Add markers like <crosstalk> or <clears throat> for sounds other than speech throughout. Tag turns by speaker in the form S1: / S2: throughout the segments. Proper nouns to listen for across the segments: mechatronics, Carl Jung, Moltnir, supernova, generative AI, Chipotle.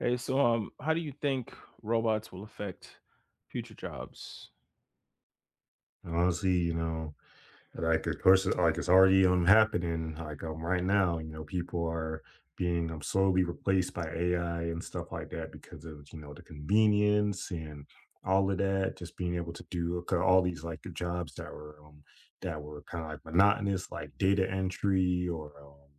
S1: Hey, so how do you think robots will affect future jobs?
S2: And Honestly, you know, like of course, like it's already happening. Like right now, you know, people are being slowly replaced by AI and stuff like that because of you know the convenience and all of that. Just being able to do 'cause all these like jobs that were kind of like monotonous, like data entry or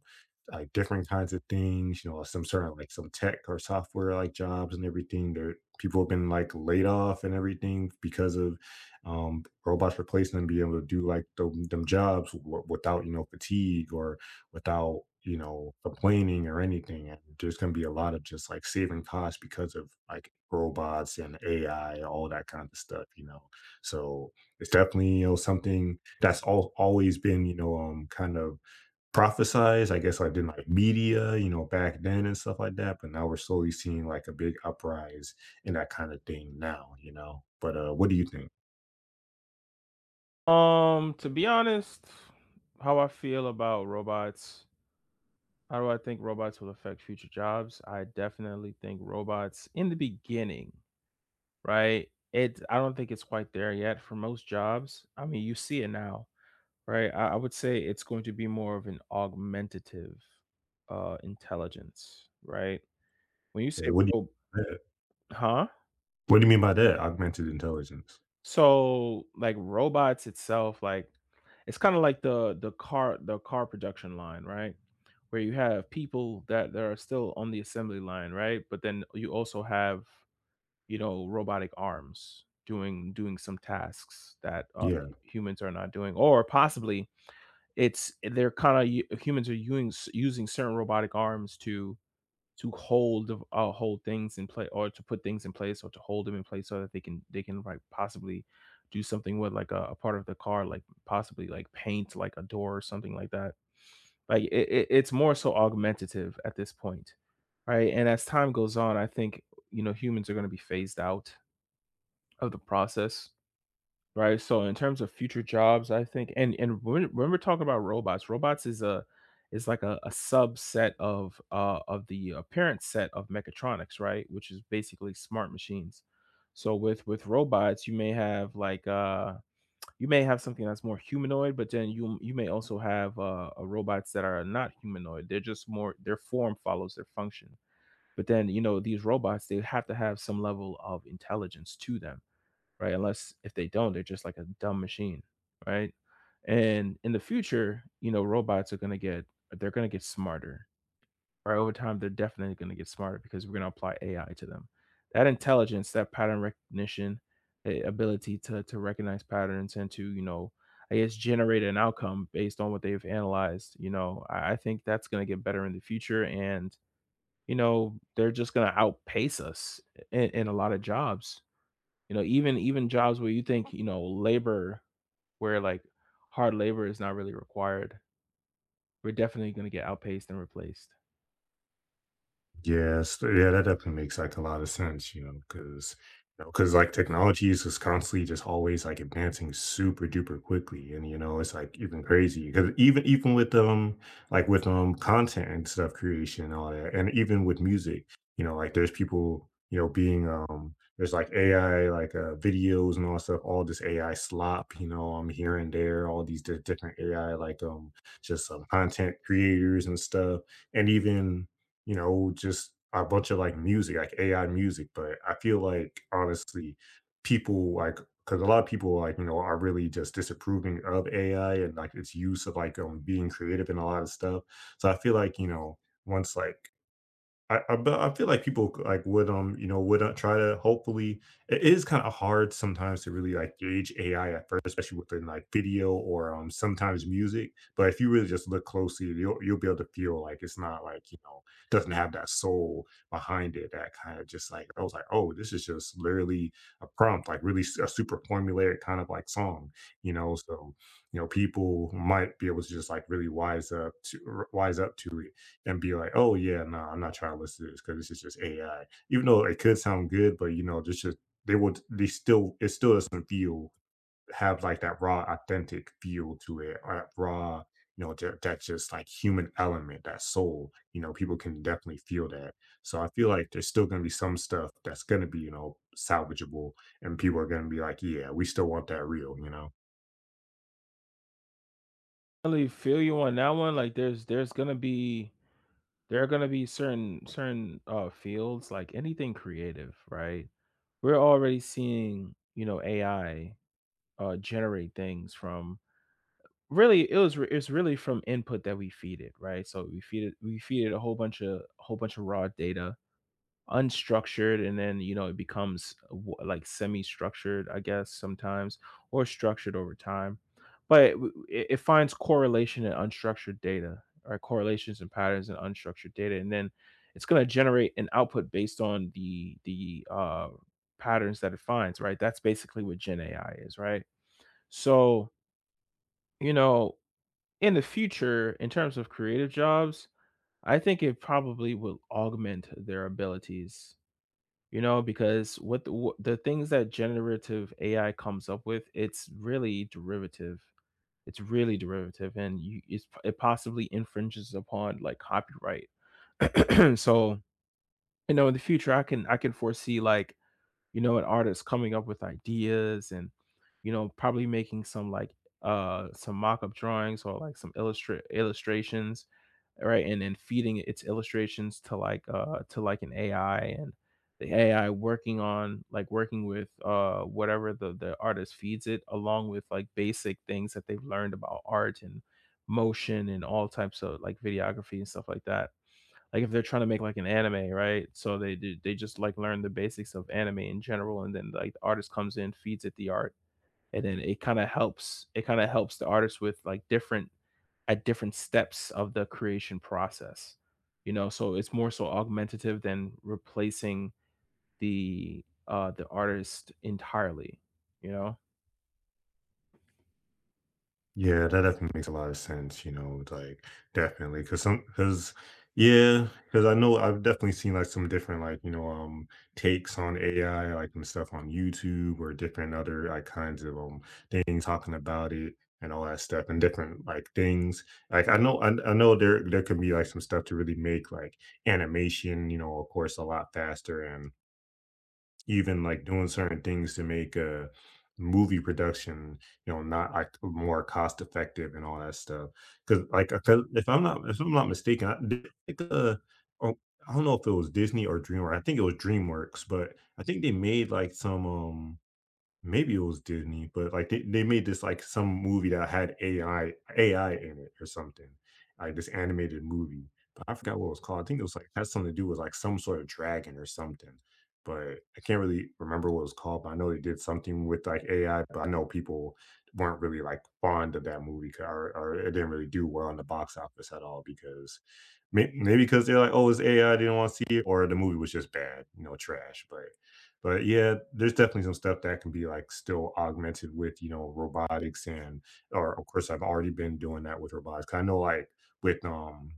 S2: like different kinds of things. You know, like, some certain like some tech or software like jobs and everything. There, people have been like laid off and everything because of robots replacing them, be able to do like them jobs without you know fatigue or without you know complaining or anything. And there's going to be a lot of just like saving costs because of like robots and AI, all that kind of stuff, you know. So it's definitely you know something that's all always been you know kind of prophesized, I guess, like in like media, you know, back then and stuff like that. But now we're slowly seeing like a big uprise in that kind of thing now, you know. But what do you think?
S1: To be honest, how I feel about robots, how do I think robots will affect future jobs? I definitely think robots in the beginning, right? It I don't think it's quite there yet for most jobs. I mean, you see it now, right? I would say it's going to be more of an augmentative intelligence, right? When you
S2: Yeah,
S1: say ro-
S2: you
S1: Huh?
S2: what do you mean by that? Augmented intelligence.
S1: So, like, robots itself, like, it's kinda like the car production line, right? Where you have people that are still on the assembly line, right? But then you also have, you know, robotic arms doing some tasks that,
S2: Yeah.
S1: hu humans are not doing, or possibly it's they're kinda humans are using certain robotic arms to hold hold things in place, or to put things in place or to hold them in place so that they can like possibly do something with like a part of the car like possibly like paint like a door or something like that like it's more so augmentative at this point, right. And as time goes on, I think, you know, humans are going to be phased out of the process. Right, so in terms of future jobs, I think, and when we're talking about robots, robots is a is like a subset of the apparent set of mechatronics, right? Which is basically smart machines. So with robots, you may have like, you may have something that's more humanoid, but then you may also have, robots that are not humanoid. They're just more their form follows their function. But then, you know, these robots, they have to have some level of intelligence to them, right? Unless if they don't, they're just like a dumb machine, right? And in the future, you know, robots are going to get, they're going to get smarter. Right, over time, they're definitely going to get smarter because we're going to apply AI to them. That intelligence, that pattern recognition, the ability to recognize patterns and to, you know, I guess generate an outcome based on what they've analyzed. You know, I think that's going to get better in the future, and you know, they're just going to outpace us in a lot of jobs. You know, even even jobs where you think, you know, labor, where like hard labor is not really required, we're definitely gonna get outpaced and replaced.
S2: Yes, yeah, that definitely makes like a lot of sense, you know, because like technology is just constantly just always like advancing super duper quickly, and you know, it's like even crazy because even with like with content and stuff creation and all that, and even with music, you know, like there's people you know being there's like AI like videos and all that stuff, all this AI slop, you know, here and there, all these different AI like just content creators and stuff, and even you know, just a bunch of like music, like AI music. But I feel like honestly, people like because a lot of people like you know are really just disapproving of AI and like its use of like being creative and a lot of stuff. So I feel like you know once like I but I feel like people, like, would, you know, would, try to hopefully it is kinda hard sometimes to really, like, gauge AI at first, especially within, like, video or, sometimes music, but if you really just look closely, you'll be able to feel like it's not, like, you know, doesn't have that soul behind it that kinda just, like I was like, "Oh, this is just literally a prompt, like, really s a super formulaic kind of, like, song," you know? So, you know, people might be able to just, like, really wise up to it and be like, "Oh yeah, no, I'm not trying to listen to this because this is just AI." Even though it could sound good, but you know, just they would they still it still doesn't feel have like that raw, authentic feel to it, or that raw, you know, that just like human element, that soul. You know, people can definitely feel that. So I feel like there's still going to be some stuff that's going to be you know salvageable, and people are going to be like, "Yeah, we still want that real," you know.
S1: I really feel you on that one. Like there's gonna be, there are gonna be certain fields, like anything creative, right? We're already seeing, you know, AI generate things from really it's really from input that we feed it, right? So we feed it a whole bunch of raw data, unstructured, and then you know it becomes like semi-structured, I guess sometimes, or structured over time. But it finds correlation in unstructured data or correlations and patterns in unstructured data, and then it's going to generate an output based on the patterns that it finds, right? That's basically what gen AI is, right? So you know, in the future, in terms of creative jobs, I think it probably will augment their abilities. You know, because what the things that generative AI comes up with, it's really derivative. It's really derivative, and it possibly infringes upon like copyright. <clears throat> So you know, in the future, I can, I can foresee like, you know, an artist coming up with ideas and, you know, probably making some like some mock-up drawings or like some illustrate illustrations, right? And then feeding its illustrations to like an AI, and the AI working on like working with whatever the artist feeds it, along with like basic things that they've learned about art and motion and all types of like videography and stuff like that. Like if they're trying to make like an anime, right? So they just like learn the basics of anime in general, and then like the artist comes in, feeds it the art, and then it kind of helps the artist with like different, at different steps of the creation process. You know, so it's more so augmentative than replacing the artist entirely, you know.
S2: Yeah, that definitely makes a lot of sense, you know, like definitely because some because yeah, because I know I've definitely seen like some different like you know takes on AI like and stuff on YouTube or different other like kinds of things talking about it and all that stuff and different like things like I know there can be like some stuff to really make like animation you know of course a lot faster and even like doing certain things to make a movie production, you know, not like more cost effective and all that stuff. Because like, if I'm not mistaken, I, did, like, oh, I don't know if it was Disney or DreamWorks. I think it was DreamWorks, but I think they made like some maybe it was Disney, but like they made this like some movie that had AI in it or something, like this animated movie. But I forgot what it was called. I think it was like had something to do with like some sort of dragon or something. But I can't really remember what it was called. But I know they did something with like AI. But I know people weren't really like fond of that movie or it didn't really do well in the box office at all because maybe because they're like, oh, it's AI. They didn't want to see it, or the movie was just bad, you know, trash. But yeah, there's definitely some stuff that can be like still augmented with, you know, robotics and or of course I've already been doing that with robotics. I know like with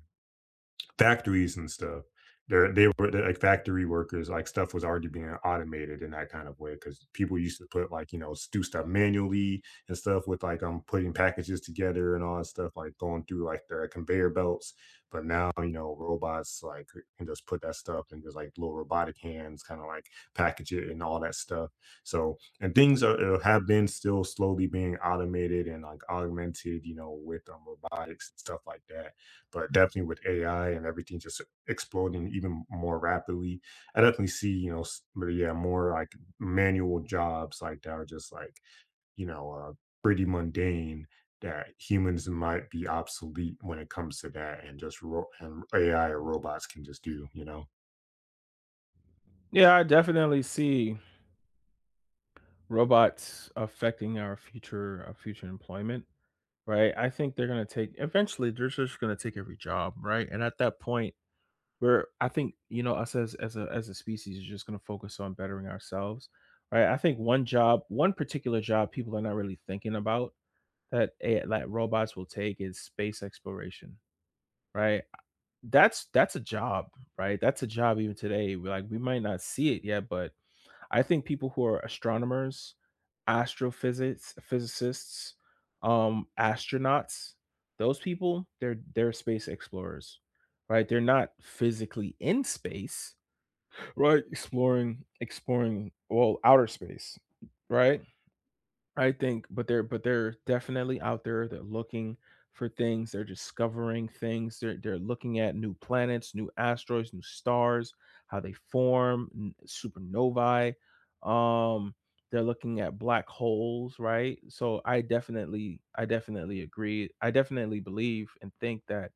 S2: factories and stuff. They were like factory workers, like stuff was already being automated in that kind of way because people used to put like, you know, do stuff manually and stuff with like putting packages together and all that stuff, like going through like the conveyor belts. But now, you know, robots like can just put that stuff and just like little robotic hands kind of like package it and all that stuff. So and things are, have been still slowly being automated and like augmented, you know, with robotics and stuff like that but definitely with AI and everything just exploding even more rapidly, I definitely see, you know, but yeah, more like manual jobs like that are just like, you know, pretty mundane that humans might be obsolete when it comes to that and just and AI or robots can just do, you know?
S1: Yeah, I definitely see robots affecting our future employment, right? I think they're going to take, eventually they're just going to take every job, right? And at that point, we're I think, you know, us as as a species is just going to focus on bettering ourselves, right? I think one particular job people are not really thinking about that robots will take is space exploration, right? That's a job, right? That's a job even today. We might not see it yet, but I think people who are astronomers, astrophysics, physicists, astronauts, those people, they're space explorers, right? They're not physically in space, right? Exploring well outer space, right? I think, but they're But they're definitely out there. They're looking for things. They're discovering things. They're looking at new planets, new asteroids, new stars, how they form, supernovae. Um, they're looking at black holes, right? So I definitely agree. I definitely believe and think that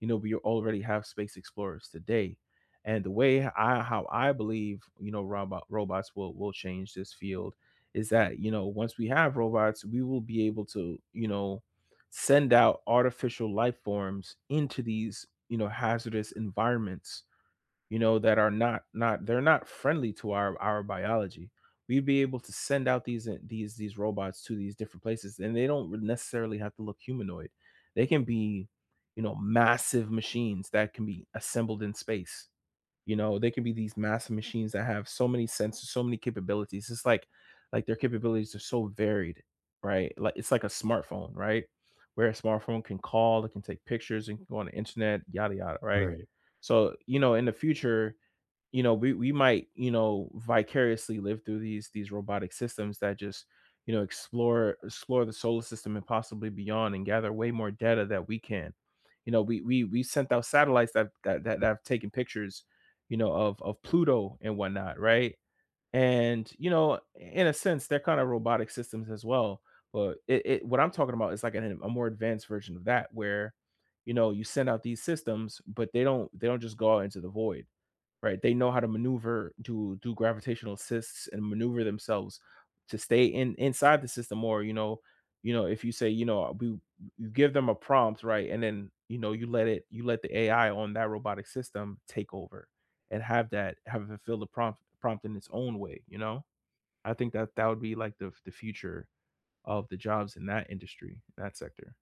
S1: you know we already have space explorers today, and the way, I believe, you know, robots will change this field is that, you know, once we have robots we will be able to, you know, send out artificial life forms into these, you know, hazardous environments, you know, that are not, they're not friendly to our biology. We'd be able to send out these robots to these different places, and they don't necessarily have to look humanoid. They can be, you know, massive machines that can be assembled in space. You know, they can be these massive machines that have so many sensors, so many capabilities. It's like their capabilities are so varied, right? Like it's like a smartphone, right? Where a smartphone can call, it can take pictures, and go on the internet, yada yada, right?
S2: Right.
S1: So, you know, in the future, you know we might, you know, vicariously live through these robotic systems that just, you know, explore the solar system and possibly beyond, and gather way more data that we can. You know, we sent out satellites that have taken pictures, you know, of pluto and whatnot, right? And you know, in a sense, they're kind of robotic systems as well. But it, what I'm talking about is like a more advanced version of that, where, you know, you send out these systems, but they don't just go out into the void, right? They know how to maneuver, do gravitational assists, and maneuver themselves to stay in inside the system. Or you know, if you say, you know, we you give them a prompt, right, and then you know you let it you let the AI on that robotic system take over and have it fulfill the prompt in its own way. You know, I think that that would be like the future of the jobs in that industry, that sector.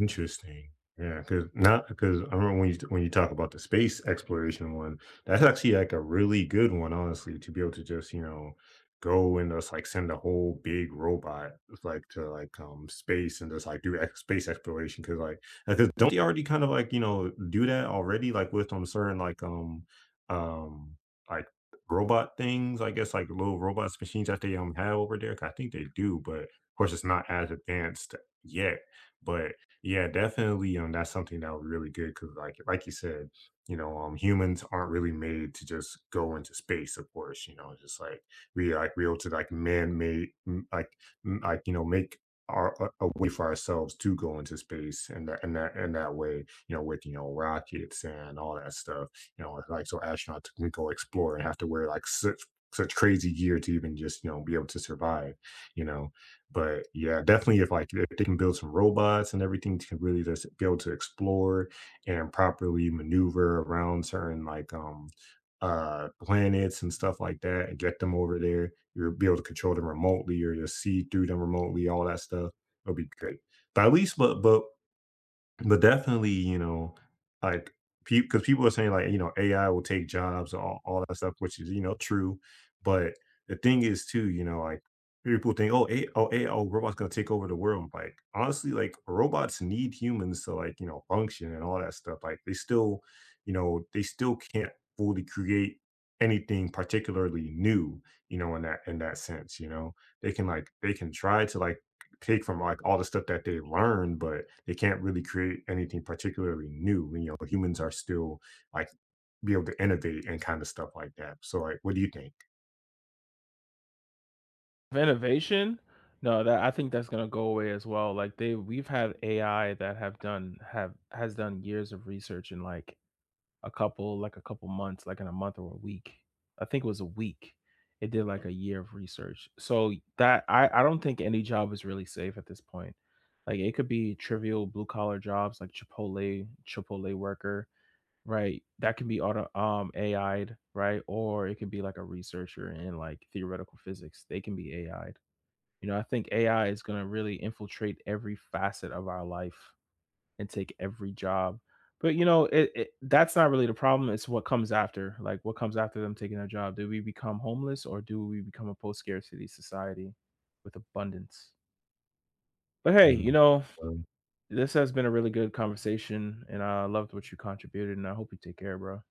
S2: Interesting. Yeah. Cause not because I remember when you talk about the space exploration one, that's actually like a really good one, honestly, to be able to just, you know, go and just like send a whole big robot like to like space and just like do ex space exploration because like, because don't they already kind of like, you know, do that already? Like with certain um like robot things, I guess like little robots machines that they have over there. 'Cause I think they do, but of course it's not as advanced yet but yeah, definitely. That's something that would be really good because, like you said, you know, humans aren't really made to just go into space. Of course, you know, just like we able to like man-made, like like you know, make our a way for ourselves to go into space, and that way, you know, with you know rockets and all that stuff, you know, like so astronauts can go explore and have to wear like such such crazy gear to even just you know be able to survive, you know. But yeah, definitely if like if they can build some robots and everything to really just be able to explore and properly maneuver around certain like planets and stuff like that and get them over there, you'll be able to control them remotely or just see through them remotely, all that stuff. It'll be great. But at least but definitely, you know, like because people are saying like, you know, AI will take jobs, all that stuff, which is, you know, true. But the thing is too, you know, like people think, oh, AI, oh, robots gonna take over the world. Like honestly, like robots need humans to like, you know, function and all that stuff. Like they still, you know, they still can't fully create anything particularly new, you know, in that sense, you know. They can like they can try to like take from like all the stuff that they learned, but they can't really create anything particularly new. You know, humans are still like be able to innovate and kind of stuff like that. So, like, what do you think?
S1: Innovation? No, that, I think that's gonna go away as well. Like they we've had AI that have has done years of research in like a couple months, like in a month or a week. I think it was a week. It did like a year of research. So that, I don't think any job is really safe at this point. Like it could be trivial blue collar jobs like Chipotle worker, right? That can be auto, AI'd, right? Or it could be like a researcher in like theoretical physics. They can be AI'd. You know, I think AI is going to really infiltrate every facet of our life and take every job. But you know, it, that's not really the problem. It's what comes after. Like what comes after them taking their job. Do we become homeless or do we become a post-scarcity society with abundance? But hey, you
S2: Mm.
S1: know,
S2: um,
S1: this has been a really good conversation and I loved what you contributed and I hope you take care, bro.